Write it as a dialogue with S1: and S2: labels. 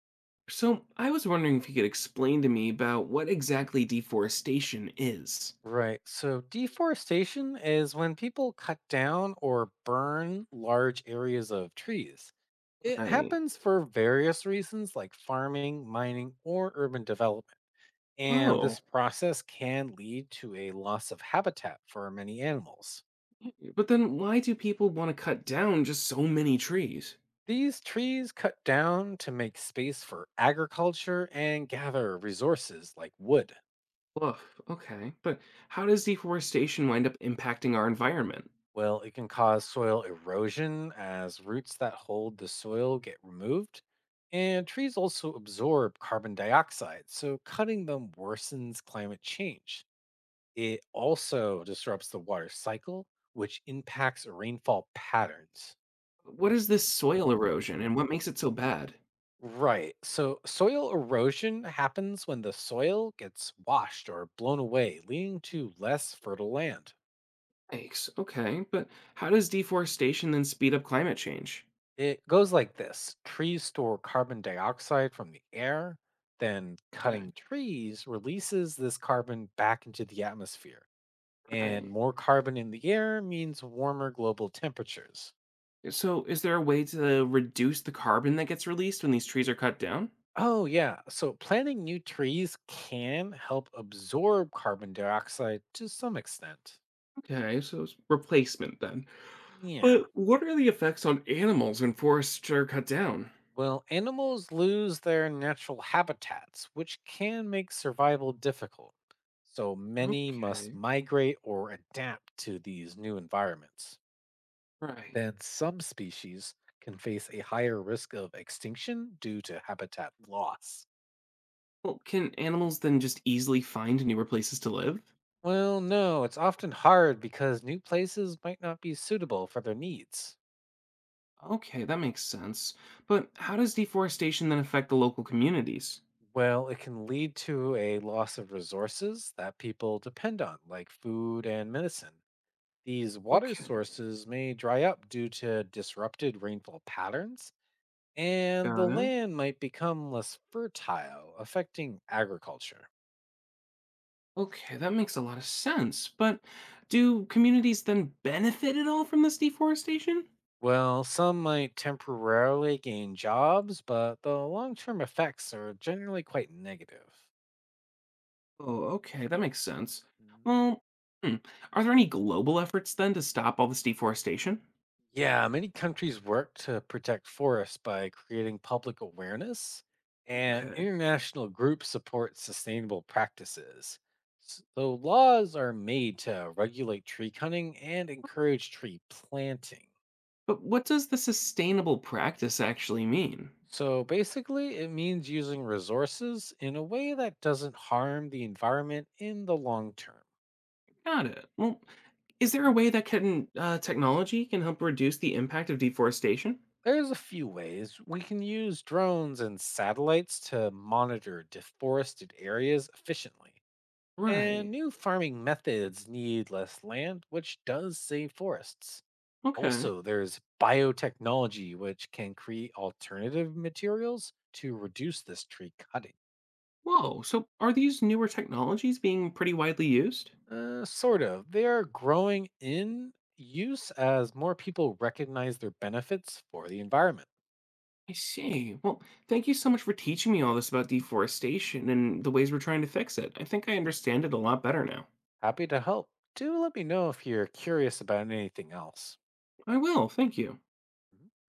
S1: So, I was wondering if you could explain to me about what exactly deforestation is.
S2: Right. So deforestation is when people cut down or burn large areas of trees. It
S1: Right.
S2: happens for various reasons like farming, mining, or urban development. And
S1: Oh,
S2: this process can lead to a loss of habitat for many animals.
S1: but then why do people want to cut down just so many trees?
S2: These trees cut down to make space for agriculture and gather resources like wood.
S1: Woof, okay. But how does deforestation wind up impacting our environment?
S2: Well, it can cause soil erosion as roots that hold the soil get removed. And trees also absorb carbon dioxide, so cutting them worsens climate change. It also disrupts the water cycle, which impacts rainfall patterns.
S1: What is this soil erosion and what makes it so bad?
S2: Right, so soil erosion happens when the soil gets washed or blown away, leading to less fertile land.
S1: Yikes, okay. But how does deforestation then speed up climate change?
S2: It goes like this trees store carbon dioxide from the air, then cutting
S1: Okay,
S2: trees releases this carbon back into the atmosphere. And
S1: right.
S2: more carbon in the air means warmer global temperatures.
S1: So, is there a way to reduce the carbon that gets released when these trees are cut down?
S2: Oh, yeah. So planting new trees can help absorb carbon dioxide to some extent.
S1: Okay, so it's replacement then.
S2: Yeah.
S1: But what are the effects on animals when forests are cut down?
S2: Well, animals lose their natural habitats, which can make survival difficult. So many must
S1: Okay,
S2: migrate or adapt to these new environments.
S1: right.
S2: Then some species can face a higher risk of extinction due to habitat loss.
S1: Well, can animals then just easily find newer places to live?
S2: Well, no, it's often hard because new places might not be suitable for their needs.
S1: Okay, that makes sense. But how does deforestation then affect the local communities?
S2: Well, it can lead to a loss of resources that people depend on, like food and medicine. These water
S1: Okay,
S2: sources may dry up due to disrupted rainfall patterns, and the
S1: got it.
S2: land might become less fertile, affecting agriculture.
S1: Okay, that makes a lot of sense. But do communities then benefit at all from this deforestation?
S2: Well, some might temporarily gain jobs, but the long term effects are generally quite negative.
S1: Oh, okay, that makes sense. Well, hmm. Are there any global efforts then to stop all this deforestation?
S2: Yeah, many countries work to protect forests by creating public awareness, and
S1: Okay.
S2: international groups support sustainable practices. So, laws are made to regulate tree cutting and encourage tree planting.
S1: But what does the sustainable practice actually mean?
S2: So, basically, it means using resources in a way that doesn't harm the environment in the long term.
S1: Got it. Well, is there a way that can technology can help reduce the impact of deforestation?
S2: There's a few ways we can use drones and satellites to monitor deforested areas efficiently. And
S1: Right.
S2: new farming methods need less land, which does save forests.
S1: Okay.
S2: Also, there's biotechnology, which can create alternative materials to reduce this tree cutting.
S1: Whoa. So are these newer technologies being pretty widely used?
S2: Sort of. They are growing in use as more people recognize their benefits for the environment.
S1: I see. Well, thank you so much for teaching me all this about deforestation and the ways we're trying to fix it. I think I understand it a lot better now.
S2: Happy to help. Do let me know if you're curious about anything else.
S1: I will. Thank you.